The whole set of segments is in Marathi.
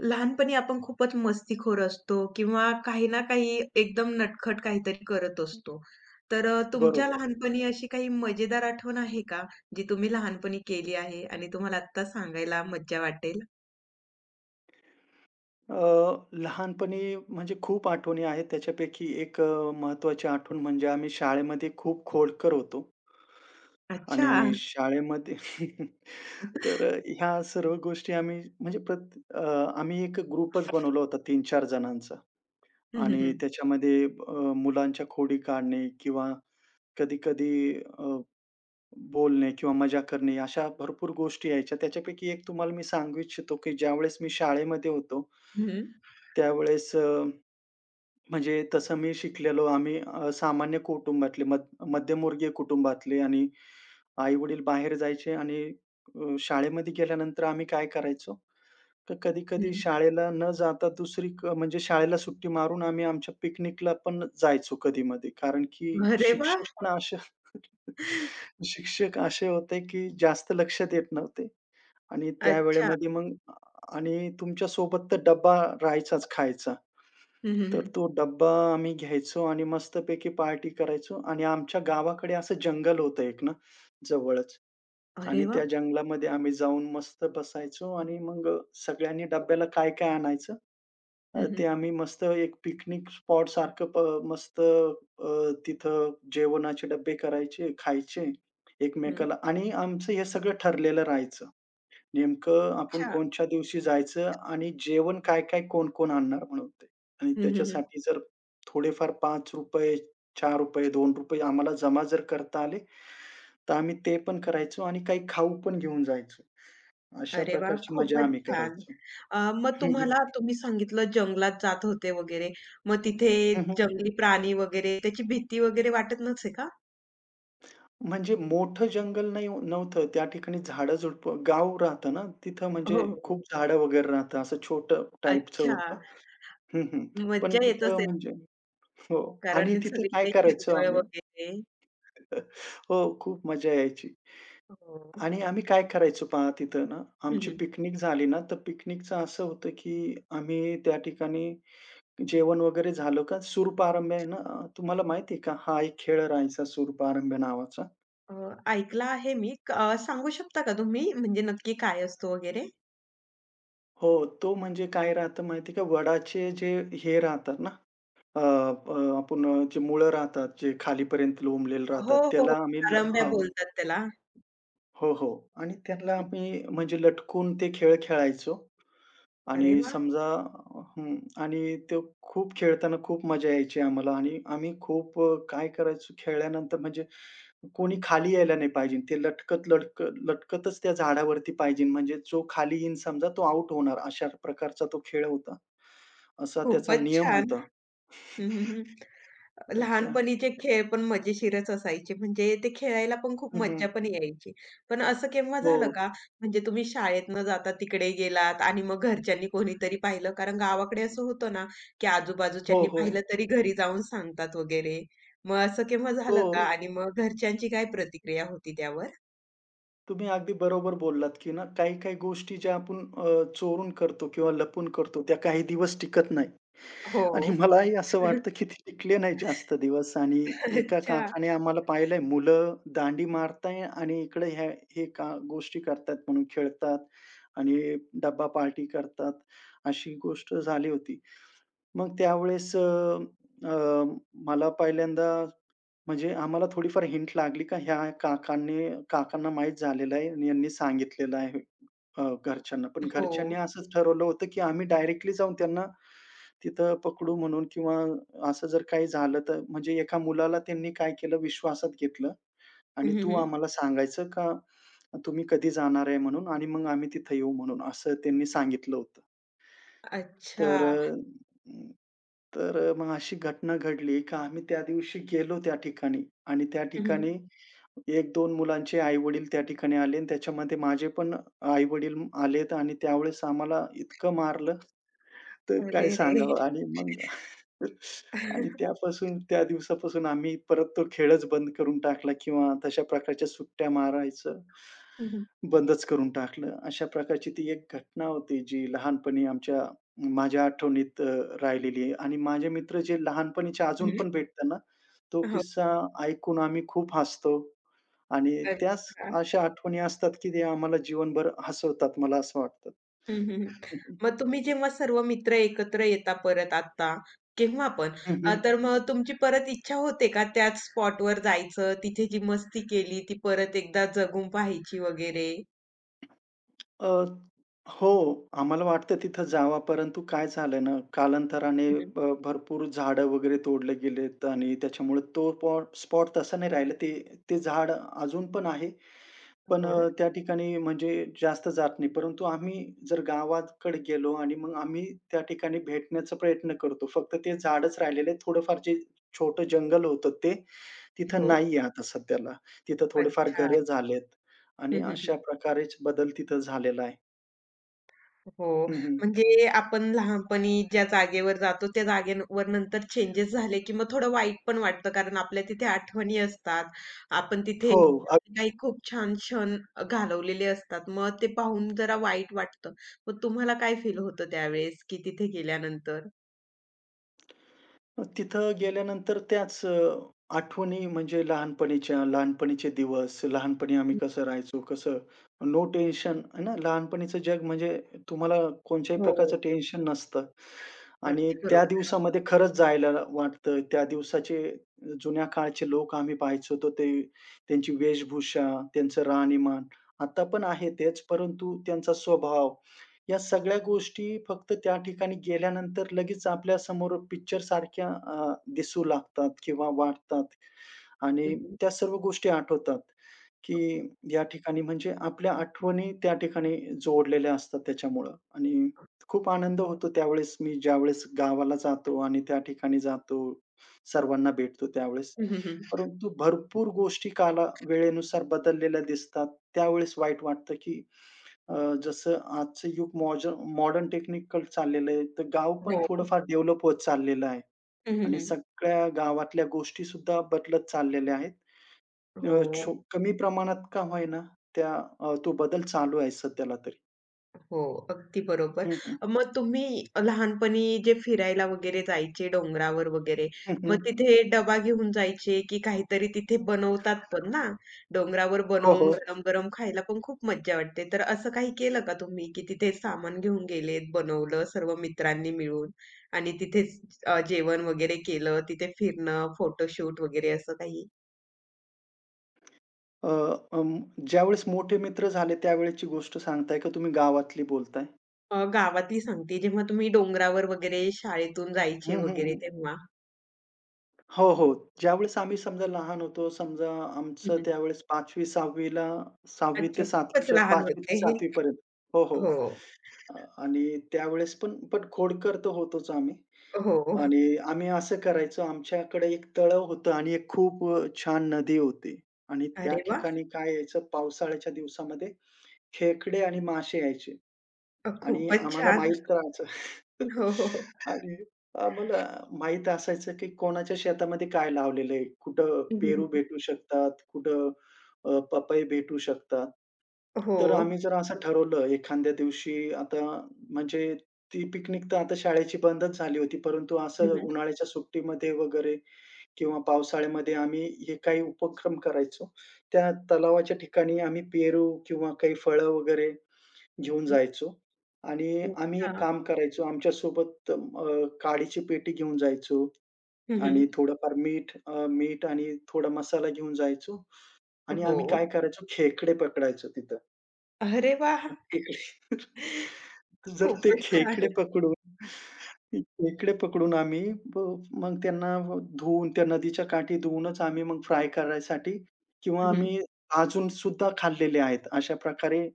लहानपणी आपण खूपच मस्तीखोर असतो किंवा काही ना काही एकदम नटखट काहीतरी करत असतो. तर तुमच्या बरोबर. लहानपणी अशी काही मजेदार आठवण आहे का? जी तुम्ही लहानपणी केली आहे आणि तुम्हाला आत्ता सांगायला मज्जा वाटेल? अ, लहानपणी म्हणजे खूप आठवणी आहेत. त्याच्यापैकी एक महत्त्वाची आठवण म्हणजे आम्ही शाळेमध्ये खूप खोडकर होतो अच्छा. आणि शाळेमध्ये. तर ह्या सर्व गोष्टी आम्ही म्हणजे आम्ही एक ग्रुपच बनवला होता तीन चार जणांचा. हं, हं, आणि हं. त्याच्यामध्ये मुलांच्या खोडी काढणे किंवा कधी-कधी अ, बोलणे किंवा मजा करणे अशा भरपूर गोष्टी यायच्या. त्याच्यापैकी एक तुम्हाला मी सांगू इच्छितो, की ज्यावेळेस मी शाळेमध्ये होतो हं, त्यावेळेस म्हणजे तसं मी शिकलेलो. आम्ही सामान्य कुटुंबातले मध्यमवर्गीय कुटुंबातले आणि आई-वडील बाहेर जायचे आणि शाळेमध्ये गेल्यानंतर आम्ही काय करायचो, तर कधी-कधी शाळेला न जाता दुसरी क म्हणजे शाळेला सुट्टी मारून आम्ही आमच्या पिकनिकला पण जायचो कधी-मधी. कारण की अरे वाह! शिक्षक पण असे शिक्षक असे होते की जास्त लक्ष देत नव्हते आणि त्या अच्छा. वेळेमध्ये मग आणि तुमच्या सोबत तर डब्बा राहायचाच खायचा. हं, हं, तर हं. तो डब्बा आम्ही घ्यायचो आणि मस्तपैकी पार्टी करायचो आणि आमच्या गावाकडे असं जंगल होतं एक ना, जवळच. अरे आणि वाह! त्या जंगलामध्ये आम्ही जाऊन मस्त बसायचो आणि मग सगळ्यांनी डब्याला काय काय आणायचं, हं, हं, ते आम्ही मस्त एक पिकनिक स्पॉट सारखं मस्त तिथं जेवणाचे डब्बे करायचे, खायचे हं. एकमेकाला आणि आमचं हे सगळं ठरलेलं राहायचं. नेमकं आपण अच्छा. कोणच्या दिवशी जायचं आणि जेवण काय-काय, कोण-कोण आणणार म्हणून ते. आणि हं, हं, त्याच्यासाठी जर थोडेफार ₹5, ₹4, ₹2 आम्हाला जमा जर करता आले, तर आम्ही ते पण करायचो आणि काही खाऊ पण घेऊन जायचो. अशा अरे वाह! प्रकारची मजा खूपच आम्ही छान. करायचो. अ, मग हं, हं. तुम्हाला तुम्ही सांगितलं जंगलात जात होते वगैरे. मग तिथे हं, हं. जंगली प्राणी वगैरे त्याची भीती वगैरे वाटत नसे का? म्हणजे मोठं जंगल नव्हतं. त्या ठिकाणी झाडं-झुडपं गाव राहतं ना, तिथं हो, म्हणजे हो, हो. खूप झाडं वगैरे राहतात. असं छोटं टाईपचं अच्छा. होतं. हं, हं. पण मज्जा येत तिथं असेल म्हणजे, हो. आणि कारण तिथं काय सगळीकडे करायचो हिरवळ आम्ही, वगैरे. हो, खूप मजा यायची. हो. आणि आम्ही काय करायचो पहा तिथं ना, हं, आमची हं. पिकनिक झाली ना, तर पिकनिकचं असं होतं, की आम्ही त्या ठिकाणी जेवण वगैरे झालं का सूरपारंब्या आहे ना, तुम्हाला माहिती आहे का? हा एक खेळ राहायचा सूरपारंब्या नावाचा. अ, ऐकलं आहे मी. सांगू शकता का तुम्ही म्हणजे नक्की काय असतो वगैरे? हो, तो म्हणजे काय राहतं माहिती आहे का? वडाचे जे हे राहतात ना, अ, अ, आपण जे मुळं राहतात, जे खालीपर्यंत लोंबलेले हो, राहतात, हो. त्याला आम्ही आरंभ्या हां. बोलतात त्याला. हो, हो. आणि त्याला हं. आम्ही म्हणजे लटकून ते खेळ खेळायचो. अरे आणि वाह! समजा हं. आणि ते खूप खेळताना खूप मजा यायची आम्हाला आणि आम्ही खूप काय करायचो खेळल्यानंतर म्हणजे कोणी खाली यायला नाही पाहिजे. ते लटकत, लटकत लटकतच त्या झाडावरती पाहिजे. म्हणजे जो खाली येईन समजा तो आउट होणार. अशा प्रकारचा तो खेळ होता. असा त्याचा खूपच नियम छान. होता. हं, हं, हं. अच्छा. लहानपणीचे खेळ पण मजेशीरच असायचे. म्हणजे ते खेळायला पण खूप हं, हं. मज्जा पण यायची. पण असं केव्हा हो. झालं का, म्हणजे तुम्ही शाळेत न जाता तिकडे गेलात आणि मग घरच्यांनी कोणीतरी पाहिलं? कारण गावाकडे असं होतं ना, की हो, आजूबाजूच्यांनी हो. पाहिलं तरी घरी जाऊन सांगतात वगैरे. मग असं केव्हा हो. झालं का? आणि मग घरच्यांची काय प्रतिक्रिया होती त्यावर? तुम्ही अगदी बरोबर बोललात, की ना काही-काही गोष्टी ज्या आपण चोरून करतो किंवा लपून करतो त्या काही दिवस टिकत नाही. हो. आणि मलाही असं वाटतं, की ते टिकले नाही जास्त दिवस आणि एका अच्छा. काकाने आम्हाला पाहिलंय मुलं दांडी मारताय आणि इकडे ह्या हे का गोष्टी करतात म्हणून खेळतात आणि डब्बा पार्टी करतात, अशी गोष्ट झाली होती. मग त्यावेळेस अ, अ, मला पहिल्यांदा म्हणजे आम्हाला थोडीफार हिंट लागली का ह्या काकांनी काकांना माहीत झालेलं आहे आणि यांनी सांगितलेलं आहे घरच्यांना. पण हो. घरच्यांनी असंच ठरवलं होतं, की आम्ही डायरेक्टली जाऊन त्यांना तिथं पकडू म्हणून किंवा असं जर काही झालं तर म्हणजे एका मुलाला त्यांनी काय केलं विश्वासात घेतलं हं, आणि तू हं, आम्हाला सांगायचं का तुम्ही कधी जाणार आहे म्हणून आणि मग आम्ही तिथं येऊ म्हणून असं त्यांनी सांगितलं होतं. तर अ, अच्छा. मग अशी घटना घडली का आम्ही त्या दिवशी गेलो त्या ठिकाणी आणि त्या हं, ठिकाणी हं. 1-2 मुलांचे आई-वडील त्या ठिकाणी आले आणि त्याच्यामध्ये माझे पण आई-वडील आलेत आणि त्यावेळेस आम्हाला इतकं मारलं, तर अरे काय रे! सांगावं आणि मग आणि त्यापासून त्या दिवसापासून आम्ही परत तो खेळच बंद करून टाकला किंवा तशा प्रकारच्या सुट्ट्या मारायचं हं, हं. बंदच करून टाकलं. अशा प्रकारची ती एक घटना होती जी लहानपणी माझ्या आठवणीत राहिलेली आहे आणि माझे मित्र जे लहानपणीचे अजून पण भेटतात ना, तो हो. किस्सा ऐकून आम्ही खूप हसतो आणि त्याच अच्छा. अशा आठवणी असतात, की ते आम्हाला जीवनभर हसवतात, मला असं वाटतं. हं, हं, हं. हं, हं. मग तुम्ही जेव्हा सर्व मित्र एकत्र येता परत आता, केव्हा पण तर मग तुमची परत इच्छा होते का त्याच स्पॉटवर जायचं, तिथे जी मस्ती केली ती परत एकदा जगून पाहायची वगैरे? अ, हो, आम्हाला वाटतं तिथं जावा, परंतु काय झालं ना, कालांतराने हं, भरपूर झाडं वगैरे तोडले गेलेत आणि त्याच्यामुळे तो स्पॉट तसा नाही राहिला. ते ते झाड अजून पण आहे. पण हो, त्या ठिकाणी म्हणजे जास्त जात नाही. परंतु आम्ही जर गावाकडे गेलो आणि मग आम्ही त्या ठिकाणी भेटण्याचा प्रयत्न करतो. फक्त ते झाडच राहिलेलं आहे. थोडंफार जे छोटं जंगल होतं ते तिथं हो. नाहीये आता सध्याला. तिथं थोडेफार अच्छा. घरं झालेत आणि हं, हं, अशा प्रकारेच बदल तिथं झालेला आहे. हो. हं, हं. म्हणजे आपण लहानपणी ज्या जागेवर जातो त्या जागेवर नंतर चेंजेस झाले, की मग थोडं वाईट पण वाटतं कारण आपल्या तिथे आठवणी असतात. आपण तिथे हो. काही खूप छान क्षण घालवलेले असतात. मग ते पाहून जरा वाईट वाटतं. मग तुम्हाला काय फील होतं त्यावेळेस, की तिथे गेल्यानंतर? मग तिथं गेल्यानंतर त्याच आठवणी म्हणजे लहानपणीच्या, लहानपणीचे दिवस, लहानपणी आम्ही कसं राहायचो, कसं नो टेन्शन आहे ना, लहानपणीचं जग म्हणजे तुम्हाला कोणत्याही हो. प्रकारचं टेन्शन नसतं आणि अगदी त्या बरोबर. दिवसामध्ये खरंच जायला वाटतं. त्या दिवसाचे जुन्या काळचे लोक आम्ही पाहायचो तर ते त्यांची वेशभूषा, त्यांचं राहणीमान. आता पण आहे तेच, परंतु त्यांचा स्वभाव या सगळ्या गोष्टी फक्त त्या ठिकाणी गेल्यानंतर लगेच आपल्या समोर पिक्चरसारख्या दिसू लागतात किंवा वाटतात हं, आणि हं. त्या सर्व गोष्टी आठवतात, की या ठिकाणी म्हणजे आपल्या आठवणी त्या ठिकाणी जोडलेल्या असतात त्याच्यामुळं आणि खूप आनंद होतो त्यावेळेस मी ज्यावेळेस गावाला जातो आणि त्या ठिकाणी जातो, सर्वांना भेटतो त्यावेळेस. हं, हं, हं. परंतु भरपूर गोष्टी काला वेळेनुसार बदललेल्या दिसतात. त्यावेळेस वाईट वाटतं, की अ, जसं आजचं युग मॉडर्न टेक्निकल चाललेलं आहे, तर गाव पण हो. थोडंफार डेव्हलप होत चाललेलं आहे हं, हं, आणि हं. सगळ्या गावातल्या गोष्टीसुद्धा बदलत चाललेल्या आहेत. हो. अ, छो कमी प्रमाणात का होईना त्या तो बदल चालू आहे सध्याला तरी. हो, अगदी बरोबर. हं, हं. मग तुम्ही लहानपणी जे फिरायला वगैरे जायचे डोंगरावर वगैरे, हं, मग हं. तिथे डबा घेऊन जायचे, की काहीतरी तिथे बनवतात पण ना, डोंगरावर हो, बनवून हो. गरम-गरम खायला पण खूप मज्जा वाटते. तर असं काही केलं का तुम्ही, की तिथे सामान घेऊन गेलेत, बनवलं सर्व मित्रांनी मिळून आणि तिथेच जेवण वगैरे केलं, तिथे फिरणं, फोटोशूट वगैरे असं काही? अ, अं, ज्यावेळेस मोठे मित्र झाले त्यावेळेची गोष्ट सांगताय का तुम्ही गावातली बोलताय? गावातली सांगते, जेव्हा तुम्ही डोंगरावर वगैरे शाळेतून हं, जायचे हं, वगैरे हं. तेव्हा? हो, हो. ज्यावेळेस आम्ही समजा लहान होतो, समजा आमचं त्यावेळेस 5वी-6वी ला 6वी अच्छा, ते 7वी खूपच च्या लहान 5वी ते होते. हे. 7वी पर्यंत. हो, हो. हो, अ, आणि त्यावेळेस पण पण खोडकर तर होतोच आम्ही. हो. आणि आम्ही असं करायचो आमच्याकडे एक तळं होतं आणि एक खूप छान नदी होती आणि त्या अरे वाह! ठिकाणी काय यायचं पावसाळ्याच्या दिवसामध्ये खेकडे आणि मासे यायचे. आणि खूपच आम्हाला छान. माहित राहायचं. हो, हो, हो. आणि आम्हाला माहीत असायचं, की कोणाच्या शेतामध्ये काय लावलेलं आहे. कुठं हं, हं, पेरू हं. भेटू शकतात, कुठं पपई भेटू शकतात. हो. तर आम्ही जर असं ठरवलं एखाद्या दिवशी आता म्हणजे ती पिकनिक तर आता शाळेची बंदच झाली होती. परंतु हं, असं हं. उन्हाळ्याच्या सुट्टीमध्ये वगैरे किंवा पावसाळ्यामध्ये आम्ही हे काही उपक्रम करायचो. त्या तलावाच्या ठिकाणी आम्ही पेरू किंवा काही फळं वगैरे घेऊन हं. जायचो आणि आम्ही अच्छा. एक काम करायचो आमच्यासोबत काडीची पेटी घेऊन जायचो हं, हं. आणि थोडंफार मीठ आणि थोडा मसाला घेऊन जायचो आणि हो. आम्ही काय करायचो खेकडे पकडायचो तिथं. अरे वाह! खेकडे. जर ते खूपच छान. खेकडे पकडून खेकडे पकडून आम्ही ब मग त्यांना धुवून त्या नदीच्या काठी धुवूनच आम्ही मग फ्राय करायसाठी हं, किंवा हं. आम्ही भाजून सुद्धा खाल्लेले आहेत. अशा प्रकारे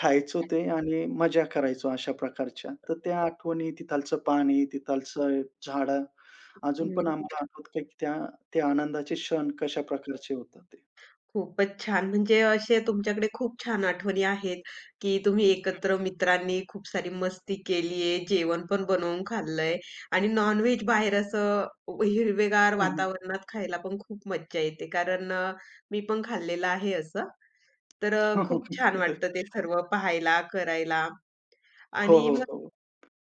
खायचो ते आणि मजा करायचो अशा प्रकारच्या. तर त्या आठवणी, तिथालचं पाणी, तिथालचं झाडं अजून पण हं. आम्हाला आठवतं की त्या ते आनंदाचे क्षण कशा प्रकारचे होतात ते. खूपच छान. म्हणजे असे तुमच्याकडे खूप छान आठवणी आहेत, की तुम्ही एकत्र मित्रांनी खूप सारी मस्ती केली आहे, जेवण पण बनवून खाल्लंय आणि नॉन-व्हेज बाहेर असं हिरवेगार हं, वातावरणात खायला पण खूप मज्जा येते. कारण मी पण खाल्लेलं आहे असं. तर खूप छान वाटतं ते सर्व पाहायला, करायला. हो, आणि हो, मग हो.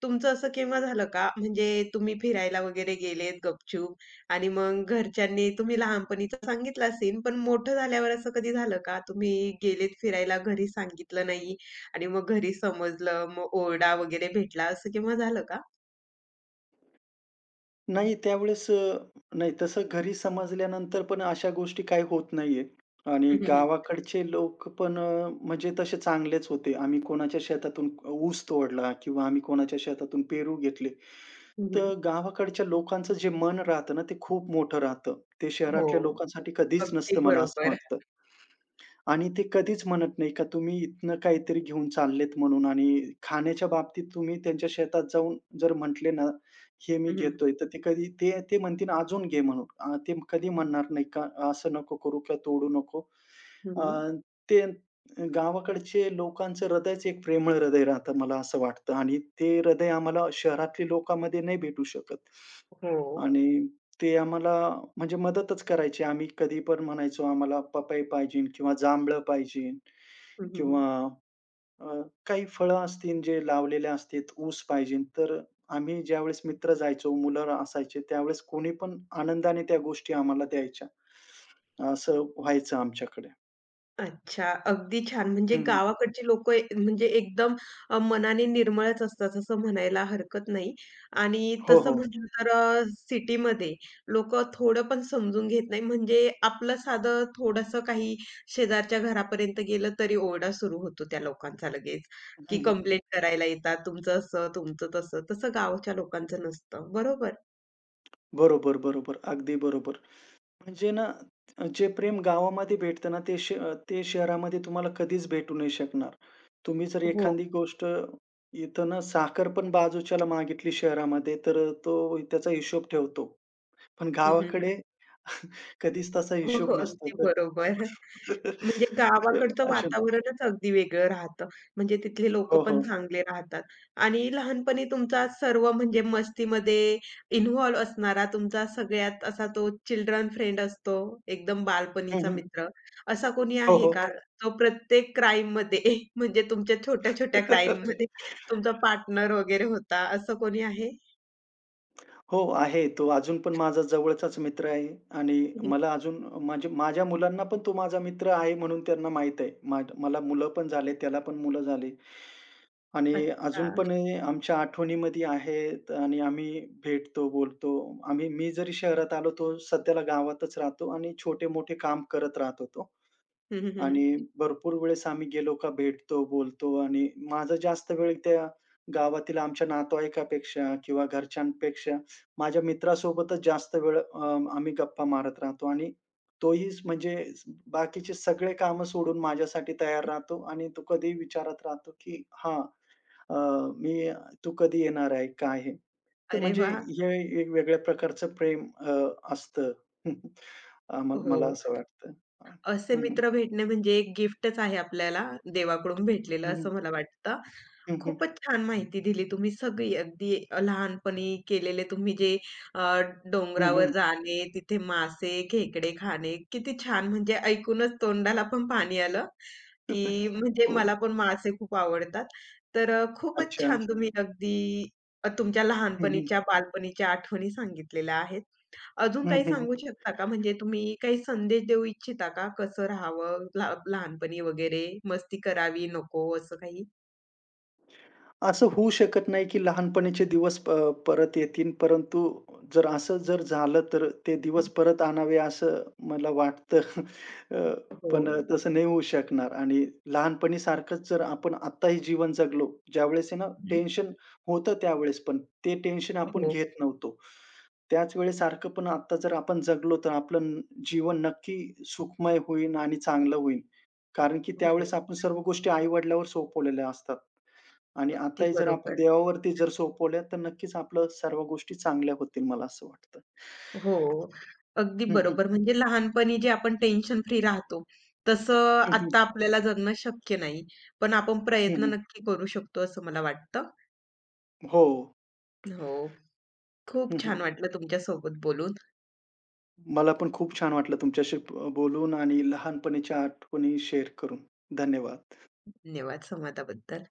तुमचं असं केव्हा झालं का? म्हणजे तुम्ही फिरायला वगैरे गेलेत गपचूप आणि मग घरच्यांनी तुम्ही लहानपणीचा सांगितला सीन, पण मोठं झाल्यावर असं कधी झालं का? तुम्ही गेलेत फिरायला, घरी सांगितलं नाही आणि मग घरी समजलं, मग ओरडा वगैरे भेटला, असं केव्हा झालं का? नाही त्यावेळेस नाही तसं घरी समजल्यानंतर पण अशा गोष्टी काही होत नाहीये आणि हं, हं, हं. गावाकडचे लोक पण म्हणजे तसे चांगलेच होते. आम्ही कोणाच्या शेतातून ऊस तोडला किंवा आम्ही कोणाच्या शेतातून पेरू घेतले. हं, तर गावाकडच्या लोकांचं जे मन राहतं ना, ते खूप मोठं राहतं. ते हो, शहरातल्या लोकांसाठी कधीच अगदी नसतं मला असं बरोबर. वाटतं. आणि ते कधीच म्हणत नाही का तुम्ही इथनं काहीतरी घेऊन चाललेत म्हणून आणि खाण्याच्या बाबतीत तुम्ही त्यांच्या शेतात जाऊन जर म्हटले ना, हे मी हं, हं. घेतोय, तर ते कधी ते ते म्हणतील अजून घे म्हणून. ते कधी म्हणणार नाही का असं नको करू किंवा तोडू नको. अ, ते गावाकडचे लोकांचं हृदयच एक प्रेमळ हृदय राहतं मला असं वाटतं आणि ते हृदय आम्हाला शहरातल्या लोकांमध्ये नाही भेटू शकत. हो. आणि ते आम्हाला म्हणजे मदतच करायचे. आम्ही कधी पण म्हणायचो, "आम्हाला पपई पाहिजे किंवा जांभळं पाहिजे हं, हं, किंवा अ, काही फळं असतील जे लावलेले असतील, ऊस पाहिजे." तर आम्ही ज्यावेळेस मित्र जायचो, मुलं असायचे, त्यावेळेस कोणी पण आनंदाने त्या गोष्टी आम्हाला द्यायच्या. असं व्हायचं आमच्याकडे. अच्छा, अगदी छान. म्हणजे हं, गावाकडची लोकं ए म्हणजे एकदम मनाने निर्मळच असतात असं म्हणायला हरकत नाही. आणि हो, तसं हो. म्हटलं तर सिटीमध्ये लोकं थोडं पण समजून घेत नाही. म्हणजे आपलं साधं थोडंसं काही शेजारच्या घरापर्यंत गेलं तरी ओरडा सुरू होतो त्या लोकांचा लगेच, की हं, कंप्लेंट करायला येतात, तुमचं असं, तुमचं तसं. तसं गावाच्या लोकांचं नसतं. बरोबर? बरोबर, बरोबर. अगदी बरोबर. म्हणजे ना, जे प्रेम गावामध्ये भेटतं ना, ते शहरामध्ये तुम्हाला कधीच भेटू नाही शकणार. तुम्ही जर हो. एखादी गोष्ट इथं ना साखर पण बाजूच्याला मागितली शहरामध्ये, तर तो त्याचा हिशोब ठेवतो. पण हं, हं, हं. गावाकडे कधीच तसा हो, हो. हिशोब नसतो. अगदी तर बरोबर. म्हणजे तर गावाकडचं असे वातावरणच अगदी वेगळं राहतं. म्हणजे तिथले हो, लोकं पण हो. चांगले राहतात आणि लहानपणी तुमचा सर्व म्हणजे मस्तीमध्ये इन्व्हॉल्व असणारा तुमचा सगळ्यात असा तो चिल्ड्रन फ्रेंड असतो, एकदम हं, बालपणीचा हं. मित्र. असा कोणी हो, आहे हो. का? हो. जो प्रत्येक क्राईममध्ये म्हणजे तुमच्या छोट्या-छोट्या क्राईममध्ये तुमचा पार्टनर वगैरे होता, असं कोणी आहे? हो, आहे. तो अजून पण माझा जवळचाच मित्र आहे आणि हं, मला अजून म्हणजे माझ्या मुलांना पण तो माझा मित्र आहे म्हणून त्यांना माहीत आहे. मला मुलं पण झाले, त्याला पण मुलं झाले. आणि अच्छा. अजून पण हे आमच्या आठवणीमध्ये आहेत आणि आम्ही भेटतो, बोलतो. मी जरी शहरात आलो, तो सध्याला गावातच राहतो आणि छोटे-मोठे काम करत राहतो तो. हं, हं, हं. आणि भरपूर वेळेस आम्ही गेलो का भेटतो, बोलतो आणि माझा जास्त वेळ त्या गावातील आमच्या नातेवाईकापेक्षा किंवा घरच्यांपेक्षा माझ्या मित्रासोबतच जास्त वेळ आम्ही गप्पा मारत राहतो आणि तोही बाकीचे सगळे कामं सोडून माझ्यासाठी तयार राहतो आणि तो कधीही विचारत राहतो, की "हां, अ, मी तू कधी येणार आहे? काय आहे?" तर अरे म्हणजे वाह! हे एक वेगळ्या प्रकारचं प्रेम असतं. हो. मला असं वाटतं. असे हं, हं. मित्र भेटणे म्हणजे एक गिफ्टच आहे आपल्याला देवाकडून भेटलेलं असं मला वाटतं. हं, हं. खूपच छान माहिती दिली तुम्ही सगळी अगदी लहानपणी केलेले तुम्ही जे अ, हं, डोंगरावर हं. जाणे, तिथे मासे, खेकडे खाणे किती छान म्हणजे ऐकूनच तोंडाला पण पाणी आलं की म्हणजे हो. मला पण मासे खूप आवडतात. तर खूपच अच्छा. छान तुम्ही अगदी तुमच्या हं, हं. लहानपणीच्या, बालपणीच्या आठवणी सांगितलेल्या आहेत. अजून हं, काही हं. सांगू हो. शकता का? म्हणजे तुम्ही काही संदेश देऊ इच्छिता का? कसं राहावं लहा लहानपणी वगैरे? मस्ती करावी, नको असं काही? असं होऊ शकत नाही, की लहानपणीचे दिवस परत येतील. परंतु जर झालं, तर ते दिवस परत आणावे असं मला वाटतं. अ, पण हो. तसं नाही होऊ शकणार आणि लहानपणीसारखंच जर आपण आत्ताही जीवन जगलो, ज्यावेळेस आहे ना हो. टेन्शन होतं त्यावेळेस पण ते टेन्शन आपण हो, घेत नव्हतो. त्याच वेळेस सारखं पण आत्ता जर आपण जगलो, तर आपलं जीवन नक्की सुखमय होईल आणि चांगलं होईल. कारण की हो. त्यावेळेस आपण सर्व गोष्टी आई-वडिलांवर सोपवलेल्या असतात. आणि अगदी आताही जर आपण बरोबर. देवावरती जर सोपवल्या, तर नक्कीच आपलं सर्व गोष्टी चांगल्या होतील मला असं वाटतं. हो, अगदी हं, हं. बरोबर. म्हणजे लहानपणी जे आपण टेन्शन फ्री राहतो, तसं हं, आत्ता हं. आपल्याला जगणं शक्य नाही. पण आपण हं, प्रयत्न हं. नक्की करू शकतो असं मला वाटतं. हो. हो, खूप हं, छान हं. वाटलं तुमच्यासोबत बोलून. मला पण खूप छान वाटलं तुमच्याशी बोलून आणि लहानपणीच्या आठवणी शेअर करून. धन्यवाद. धन्यवाद संवादाबद्दल.